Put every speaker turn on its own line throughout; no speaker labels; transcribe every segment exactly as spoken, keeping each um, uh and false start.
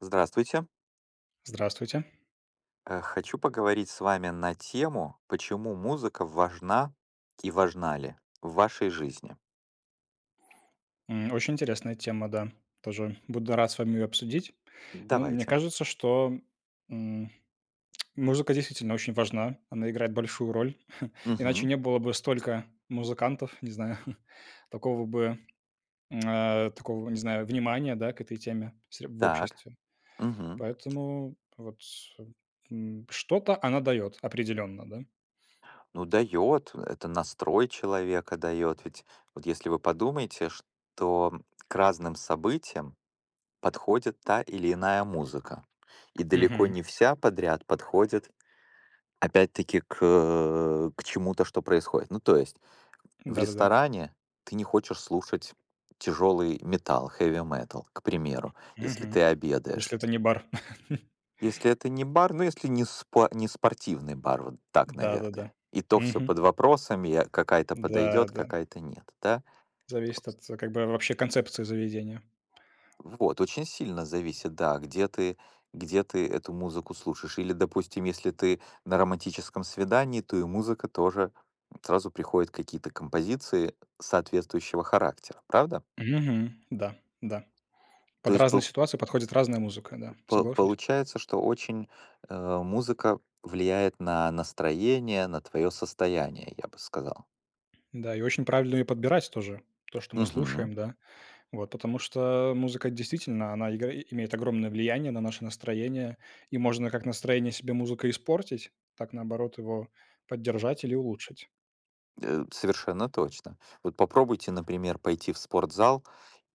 Здравствуйте.
Здравствуйте.
Э, Хочу поговорить с вами на тему, почему музыка важна и важна ли в вашей жизни.
М, Очень интересная тема, да. Тоже буду рад с вами ее обсудить. Ну, мне
Давайте.
кажется, что м, музыка действительно очень важна. Она играет большую роль. Иначе
Мгм.
не было бы столько музыкантов, не знаю, такого бы, э, такого, не знаю, внимания, да, к этой теме сре- в
Так.
обществе.
Мгм.
Поэтому вот м, что-то она дает определенно, да.
Ну, дает, это настрой человека дает. Ведь вот если вы подумаете, что к разным событиям подходит та или иная музыка. И далеко
Мгм.
не вся подряд подходит, опять-таки, к, э, к чему-то, что происходит. Ну, то есть, в
Да-да-да.
ресторане ты не хочешь слушать тяжелый металл, heavy metal, к примеру, если
Мгм.
ты обедаешь.
Если это не бар.
Если это не бар, ну если не, спо- не спортивный бар, вот так,
Да-да-да.
наверное. И то все
Мгм.
под вопросами, я- какая-то подойдет,
Да-да.
какая-то нет, да?
Зависит от, э, как бы, вообще концепции заведения.
Вот, очень сильно зависит, да, где ты, где ты эту музыку слушаешь. Или, допустим, если ты на романтическом свидании, то и музыка тоже сразу приходят какие-то композиции соответствующего характера, правда?
Мгм. Да, да.
То
Под
есть,
разные
пол-
ситуации подходит разная музыка, да,
По
соглашусь.
получается, что очень, э, музыка влияет на настроение, на твое состояние, я бы сказал.
Да, и очень правильно ее подбирать тоже, то, что мы
Мгм.
слушаем, да. Вот, потому что музыка действительно, она игра имеет огромное влияние на наше настроение, и можно как настроение себе музыкой испортить, так, наоборот, его поддержать или улучшить.
Э, совершенно точно. Вот попробуйте, например, пойти в спортзал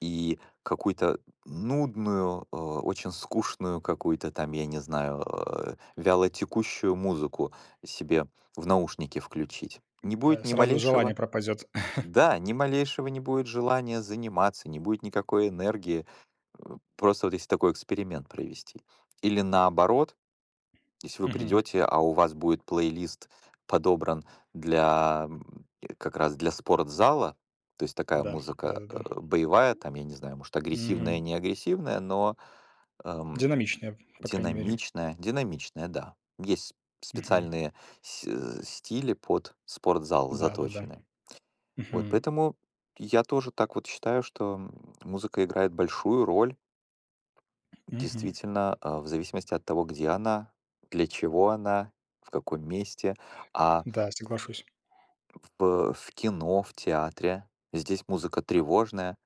и какую-то нудную, э, очень скучную какую-то там, я не знаю, э, вялотекущую музыку себе в наушники включить. Не
Э,
будет ни
сразу желание
малейшего,
пропадет.
да, ни малейшего не будет желания заниматься, не будет никакой энергии. Э, Просто вот если такой эксперимент провести. Или наоборот, если вы
Мгм.
придете, а у вас будет плейлист подобран для м, э, как раз для спортзала, то есть такая
Да,
музыка
да-да-да.
э, боевая, там, я не знаю, может, агрессивная,
Мгм.
не агрессивная, но эм,
Динамичнее, по крайней мере.
динамичная, динамичная, да. Есть
Мгм.
специальные с- э, стили под спортзал
Да-да-да.
заточены. Вот
Мгм.
поэтому я тоже так вот считаю, что м, музыка играет большую роль.
Мгм.
Действительно, а, в зависимости от того, где она, для чего она, в каком месте. А
Да, соглашусь.
в, в кино, в театре здесь музыка тревожная.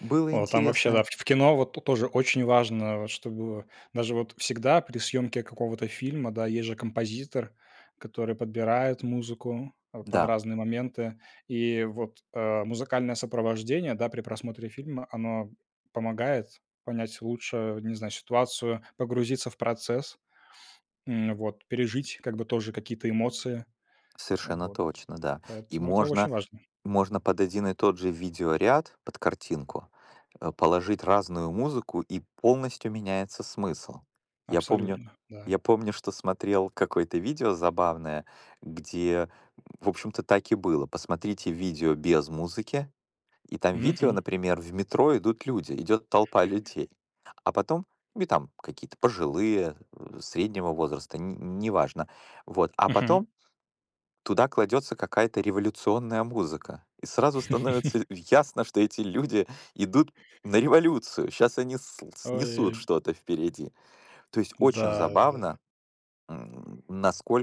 Было
О, там вообще, да,
интересно?
в в кино вот т тоже очень важно, вот чтобы даже вот всегда при съемке какого-то фильма, да, есть же композитор, который подбирает музыку, э, под
Да,
разные моменты. И вот, э, музыкальное сопровождение, да, при просмотре фильма, оно помогает понять лучше, не знаю, ситуацию, погрузиться в процесс. М, вот, пережить как бы тоже какие-то эмоции.
совершенно
Вот,
точно, да. И
поэтому это очень
можно,
важно.
можно под один и тот же видеоряд, под картинку, э, положить разную музыку, и полностью меняется смысл. Я помню
Абсолютно, да.
я помню, что смотрел какое-то видео забавное, где, в общем-то, так и было. Посмотрите видео без музыки, и там видео,
Мгм.
например, в метро идут люди, идет толпа людей, а потом и там какие-то пожилые, э, среднего возраста, н- неважно. Вот. А
Мгм.
потом туда кладется какая-то революционная музыка. И сразу становится ясно, что эти люди идут на революцию. Сейчас они с- снесут
Ой-ой-ой.
что-то впереди. То есть
Да,
очень
да.
забавно, м,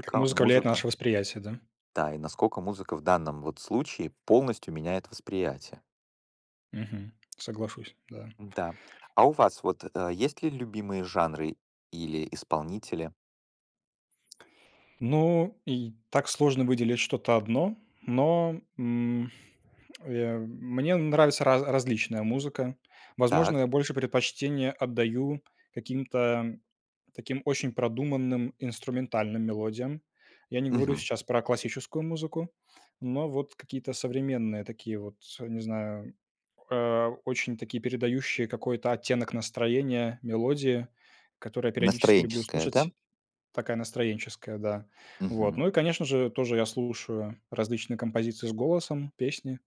Как музыка влияет на
музыка,
наше восприятие, да?
да, и насколько музыка в данном вот случае полностью меняет восприятие.
Мгм. Соглашусь, да.
Да. А у вас вот э, есть ли любимые жанры или исполнители?
Ну, и так сложно выделить что-то одно, но, м, э, мне нравится раз различная музыка. Возможно,
Так.
я больше предпочтение отдаю каким-то таким очень продуманным инструментальным мелодиям. Я не говорю
Мгм.
сейчас про классическую музыку, но вот какие-то современные такие вот, не знаю, э, очень такие передающие какой-то оттенок настроения мелодии, которые я периодически люблю
Настроенческая, да?
слушать. Такая настроенческая, да. Вот.
Мгм.
Ну и, конечно же, тоже я слушаю различные композиции с голосом, песни.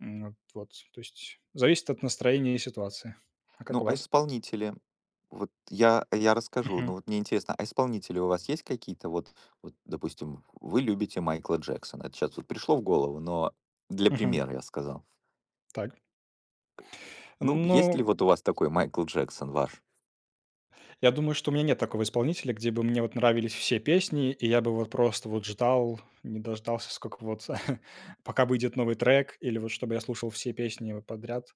М, вот. вот. То есть зависит от настроения и ситуации. А как
Ну,
у
а
вас?
исполнители? Вот я я расскажу,
Мгм.
ну вот мне интересно, а исполнители у вас есть какие-то? Вот вот, допустим, вы любите Майкла Джексона. Это щас вот пришло в голову, но для
Мгм.
примера я сказал.
Так.
Ну, есть
Ну,
ли вот у вас такой Майкл Джексон ваш?
я думаю, что у меня нет такого исполнителя, где бы мне вот нравились все песни, и я бы вот просто вот ждал, не дождался, сколько вот пока выйдет новый трек, или вот чтобы я слушал все песни вот подряд.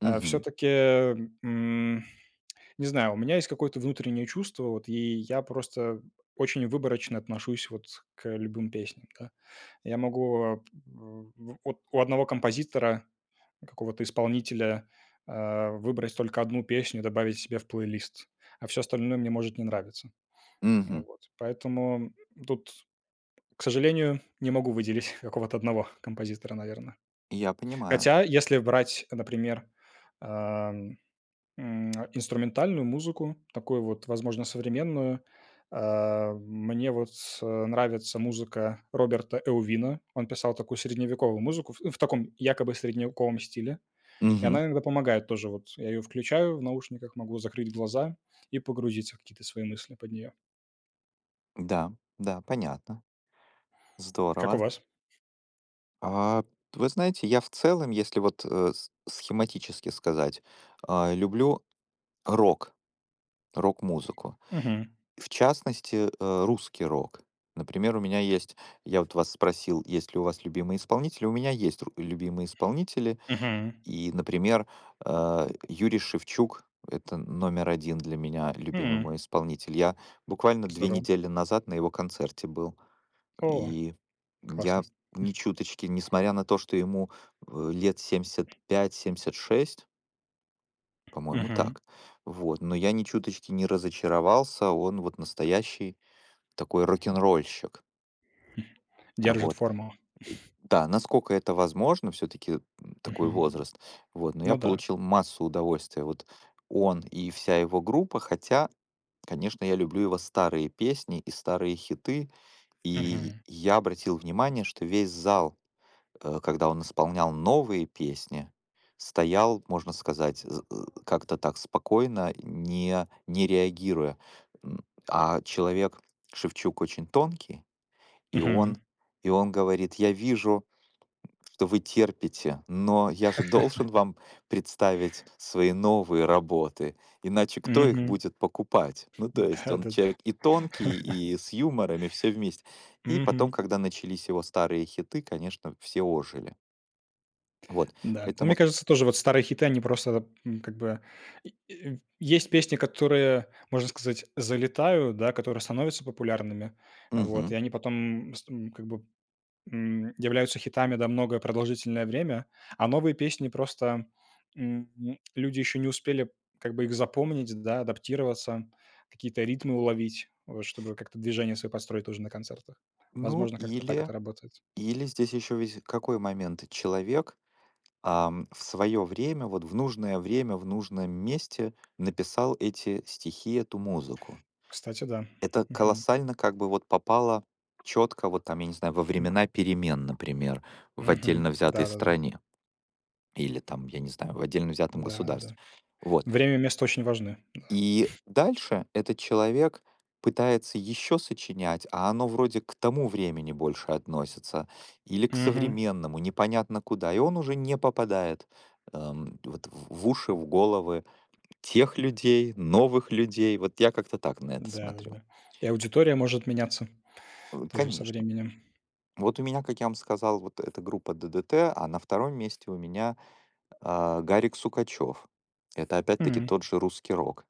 Угу,
Все-таки Не знаю, у меня есть какое-то внутреннее чувство, вот, и я просто очень выборочно отношусь вот к любым песням, да. Я могу, э, в от у одного композитора, какого-то исполнителя, э, выбрать только одну песню и добавить себе в плейлист, а все остальное мне может не нравиться. Э,
угу.
вот. Поэтому тут, к сожалению, не могу выделить какого-то одного композитора, наверное.
Я понимаю.
Хотя, если брать, например, эм, М, инструментальную музыку, такую вот, возможно, современную. А, мне вот, э, нравится музыка Роберта Эувина. Он писал такую средневековую музыку в в таком якобы средневековом стиле, и
Угу.
она иногда помогает тоже. Вот я ее включаю в наушниках, могу закрыть глаза и погрузиться в какие-то свои мысли под нее.
Да, да, понятно.
Как у
Здорово.
вас?
А, вы знаете, я в целом, если вот, э, с схематически сказать, а, люблю рок, рок-музыку.
Угу,
В частности, э, русский рок. Например, у меня есть, я вот вас спросил, есть ли у вас любимые исполнители. У меня есть ру- любимые исполнители.
угу,
И, например, э, Юрий Шевчук — это номер один для меня любимый мой
М.
исполнитель. Я буквально две
Здорово.
недели назад на его концерте был.
О,
И я
классно.
ни чуточки, несмотря на то, что ему э, лет семьдесят пять семьдесят шесть, по-моему,
Мгм.
так. Вот. Но я ни чуточки не разочаровался, он вот настоящий такой рок н ролльщик
Держит
Вот.
форму.
Да, насколько это возможно, все таки такой
Мгм.
возраст. Вот, но
Ну
я
да.
получил массу удовольствия. Вот он и вся его группа, хотя, конечно, я люблю его старые песни и старые хиты. И
Мгм.
я обратил внимание, что весь зал, э, когда он исполнял новые песни, стоял, можно сказать, з э, как-то так спокойно, не не реагируя. М, а человек Шевчук очень тонкий. И
Мгм.
он и он говорит: "Я вижу, что вы терпите, но я же должен вам представить свои новые работы, иначе кто их
Мгм.
будет покупать?" Ну, то есть он
Да-да-да.
человек и тонкий, и с юморами все вместе. И потом,
Мгм.
когда начались его старые хиты, конечно, все ожили. Вот,
Да. Но мне
поэтому.
кажется, тоже вот старые хиты, они просто, м, как бы и и есть песни, которые, можно сказать, залетают, да, которые становятся популярными, вот, и
Мгм.
они потом с м, как бы, м, являются хитами, да, многое продолжительное время, а новые песни просто, м, м, люди еще не успели как бы их запомнить, да, адаптироваться, какие-то ритмы уловить, вот, чтобы как-то движение свое подстроить уже на концертах.
Ну,
Возможно, как-то так
или
это работает.
или здесь еще ведь какой момент? Человек ам, в свое время, вот в нужное время, в нужном месте написал эти стихи, эту музыку.
Кстати, да.
Это колоссально как бы вот попало четко, вот там, я не знаю, во
Мгм.
времена перемен, например, в отдельно
Мгм.
взятой
Да-да-да.
стране или там, я не знаю, в отдельно взятом государстве.
Да-да-да.
Вот.
Время и место очень важны. Да.
И дальше этот человек пытается еще сочинять, а оно вроде к тому времени больше относится или к
Мгм.
современному, непонятно куда. И он уже не попадает эм, вот в в уши, в головы тех людей, новых людей. Вот я как-то так на это смотрю.
Да-да-да. И аудитория может меняться
Э,
тоже со
Конечно.
временем.
Вот у меня, как я вам сказал, вот эта группа ДДТ, а на втором месте у меня а, Гарик Сукачев. Это опять-таки
М.
тот же русский рок.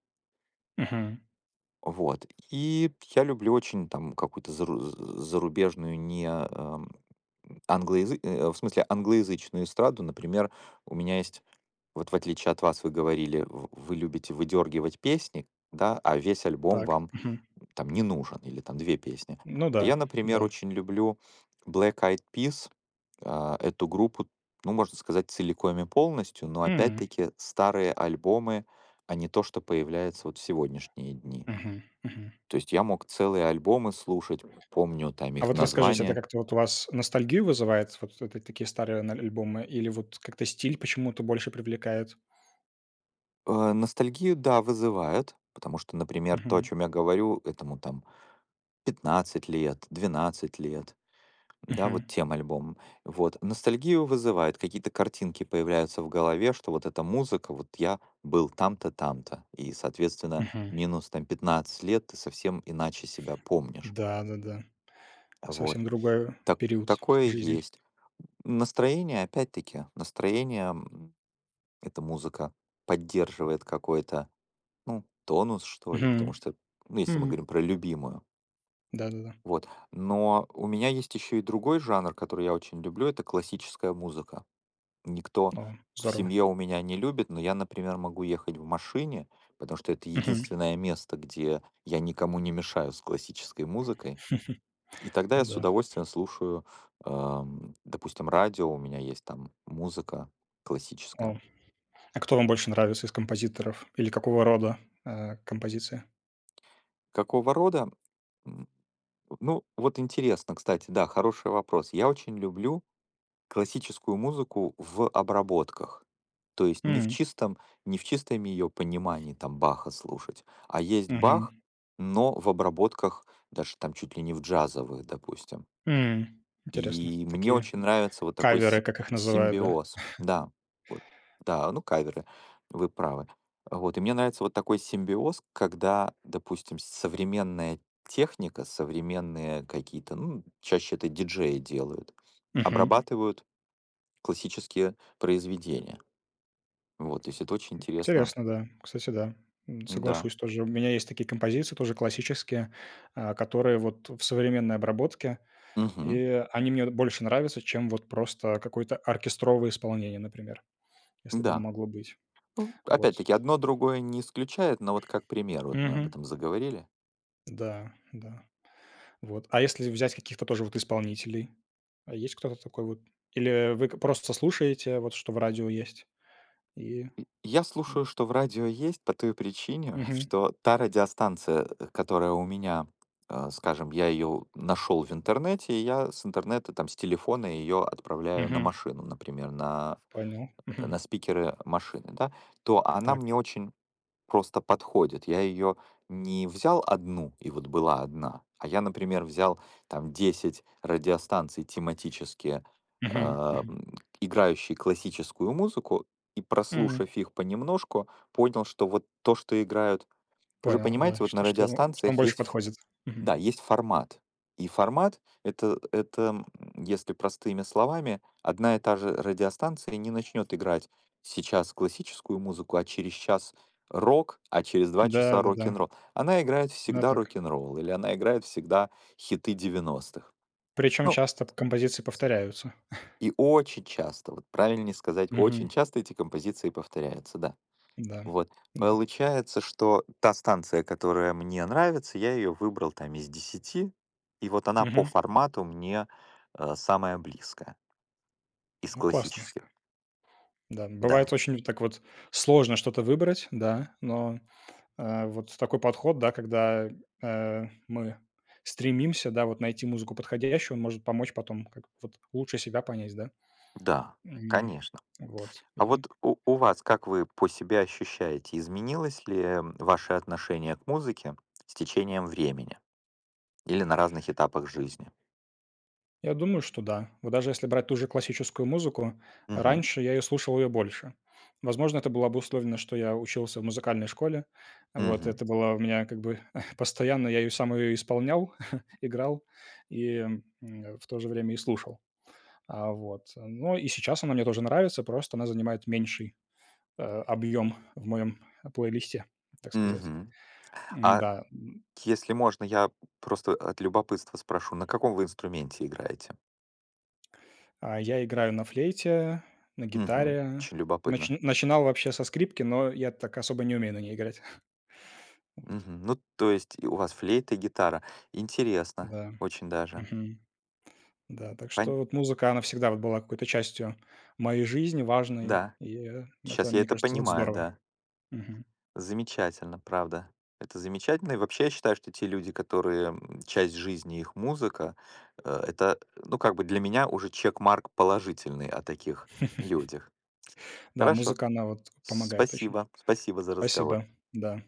Мгм.
Вот. И я люблю очень там какую-то зару з зарубежную, не, эм, англоязы э, в смысле англоязычную эстраду. Например, у меня есть вот в отличие от вас, вы говорили, в вы любите выдергивать песни, да, а весь альбом
Так.
вам
Мгм.
там не нужен или там две песни.
Ну
А
да,
я, например,
да.
очень люблю Black Eyed Peas, а, эту группу, ну, можно сказать, целиком и полностью, но
М.
опять-таки старые альбомы, а не то, что появляется вот в сегодняшние дни.
Мгм. Мгм.
То есть я мог целые альбомы слушать, помню там
А
их
вот расскажите, это
названия.
как-то вот у вас ностальгию вызывает, вот это такие старые н альбомы, или вот как-то стиль почему-то больше привлекает?
Э, ностальгию, да, вызывает, потому что, например, то, о
Мгм.
чем я говорю, этому там пятнадцать лет, двенадцать лет, да, вот
Мгм.
тем альбомом. Вот. Ностальгию вызывает, какие-то картинки появляются в голове, что вот эта музыка, вот я был там-то, там-то. И, соответственно,
Мгм.
минус там пятнадцать лет ты совсем иначе себя помнишь.
Да-да-да. Совсем
Вот.
другой
Так,
период
такое
жизни.
есть. Настроение, опять-таки, настроение. Эта музыка поддерживает какой-то, ну, тонус, что ли, потому
Мгм.
что, ну, если мы
М.
говорим про любимую.
Да-да-да.
Вот. Но у меня есть еще и другой жанр, который я очень люблю, это классическая музыка. Никто
О,
в
здорово.
семье у меня не любит, но я, например, могу ехать в машине, потому что это
Мгм.
единственное место, где я никому не мешаю с классической музыкой. И тогда я
Ну
с
да.
удовольствием слушаю, эм, допустим, радио, у меня есть там музыка классическая.
Вау. А кто вам больше нравится из композиторов? Или какого рода, э, композиции?
Какого рода? М, Ну, вот интересно, кстати, да, хороший вопрос. Я очень люблю классическую музыку в обработках. То есть не в
М,
чистом, не в чистом ее понимании там Баха слушать, а есть
мгм,
Бах, но в обработках, даже там чуть ли не в джазовых, допустим.
м. Интересно.
И мне
Такие
очень нравится вот такой
каверы,
си
как их называют, да?
симбиоз. Да, вот, да, ну, каверы, вы правы. Вот, и мне нравится вот такой симбиоз, когда, допустим, современная техника, современные какие-то, ну, чаще это диджеи делают,
Мгм.
обрабатывают классические произведения. Вот, то есть это очень интересно.
Интересно, да. Кстати, да. М,
Да.
соглашусь тоже. У меня есть такие композиции, тоже классические, а, которые вот в современной обработке,
Мгм.
и они мне больше нравятся, чем вот просто какое-то оркестровое исполнение, например, если бы оно
Да.
могло быть.
Ну,
Вот.
опять-таки, одно другое не исключает, но вот как пример, вот мы об
Мгм.
этом заговорили.
Да, да. Вот. А если взять каких-то тоже вот исполнителей? А есть кто-то такой вот? Или вы к просто слушаете вот, что в радио есть? И
Я слушаю, что в радио есть по той причине,
мгм,
что та радиостанция, э, которая у меня, э, скажем, я ее нашел в интернете, и я с интернета, там, с телефона ее отправляю на
мгм,
машину, например, на,
понял,
э, на
мгм.
спикеры машины, да, то она
Так,
мне очень просто подходит. Я ее не взял одну, и вот была одна, а я, например, взял там десять радиостанций тематические,
мгм,
а,
мгм,
м, играющие классическую музыку, и
м,
прослушав их понемножку, понял, что вот то, что играют... Вы же
понял, да,
понимаете, вот на
что что вам что вам
радиостанциях
больше
есть,
подходит. Мгм.
да, есть формат. И формат — это это, м, если простыми словами, одна и та же радиостанция не начнет играть сейчас классическую музыку, а через час рок, а через два часа
Да-да-да,
рок-н-ролл. Она играет
именно
всегда
так.
рок-н-ролл или она играет всегда хиты девяностых.
Причем
Ну,
часто композиции повторяются.
и очень часто, вот правильнее сказать, очень
Мгм.
часто эти композиции повторяются, да.
Да,
Вот.
да.
Получается, что та станция, которая мне нравится, я ее выбрал там из десяти, и вот она по
Мгм.
формату мне э, самая близкая из
Ну, классно.
классических.
Да,
Да,
бывает очень так вот сложно что-то выбрать, да, но Э, вот такой подход, да, когда, э, мы стремимся, да, вот найти музыку подходящую, он может помочь потом как вот лучше себя понять, да.
да,
М,
конечно.
вот.
А
И
вот у, у вас, как вы по себе ощущаете, изменилось ли м, ваше отношение к музыке с течением времени или на разных этапах жизни?
я думаю, что да. Вот даже если брать ту же классическую музыку,
Мгм.
раньше я ее слушал ее больше. Возможно, это было обусловлено, что я учился в музыкальной школе. Вот
Мгм.
это было у меня как бы постоянно я ее сам ее исполнял, играл и, м, в то же время и слушал. А, вот. Но и сейчас она мне тоже нравится, просто она занимает меньший, э, объем в моем плейлисте, так сказать.
Мгм. А
М-да,
если можно, я просто от любопытства спрошу, на каком вы инструменте играете?
а я играю на флейте, на
Мгм.
гитаре.
Очень любопытно.
Начи начинал вообще со скрипки, но я так особо не умею на ней играть. Вот,
Мгм. Ну, то есть и у вас флейта и гитара. Интересно,
да.
очень даже.
Мгм. Да, так
Пон-
что вот музыка, она всегда вот была какой-то частью моей жизни, важной,
Да,
и это,
сейчас я
мне
это
кажется, вот
понимаю,
здорово.
да.
Мгм.
Замечательно, правда. Это замечательно. И вообще я считаю, что те люди, которые м, часть жизни их музыка, э, это, ну, как бы для меня уже чек-марк положительный о таких людях.
Да,
Хорошо.
музыка, она вот помогает очень.
Спасибо. Спасибо за разговор.
Спасибо, да.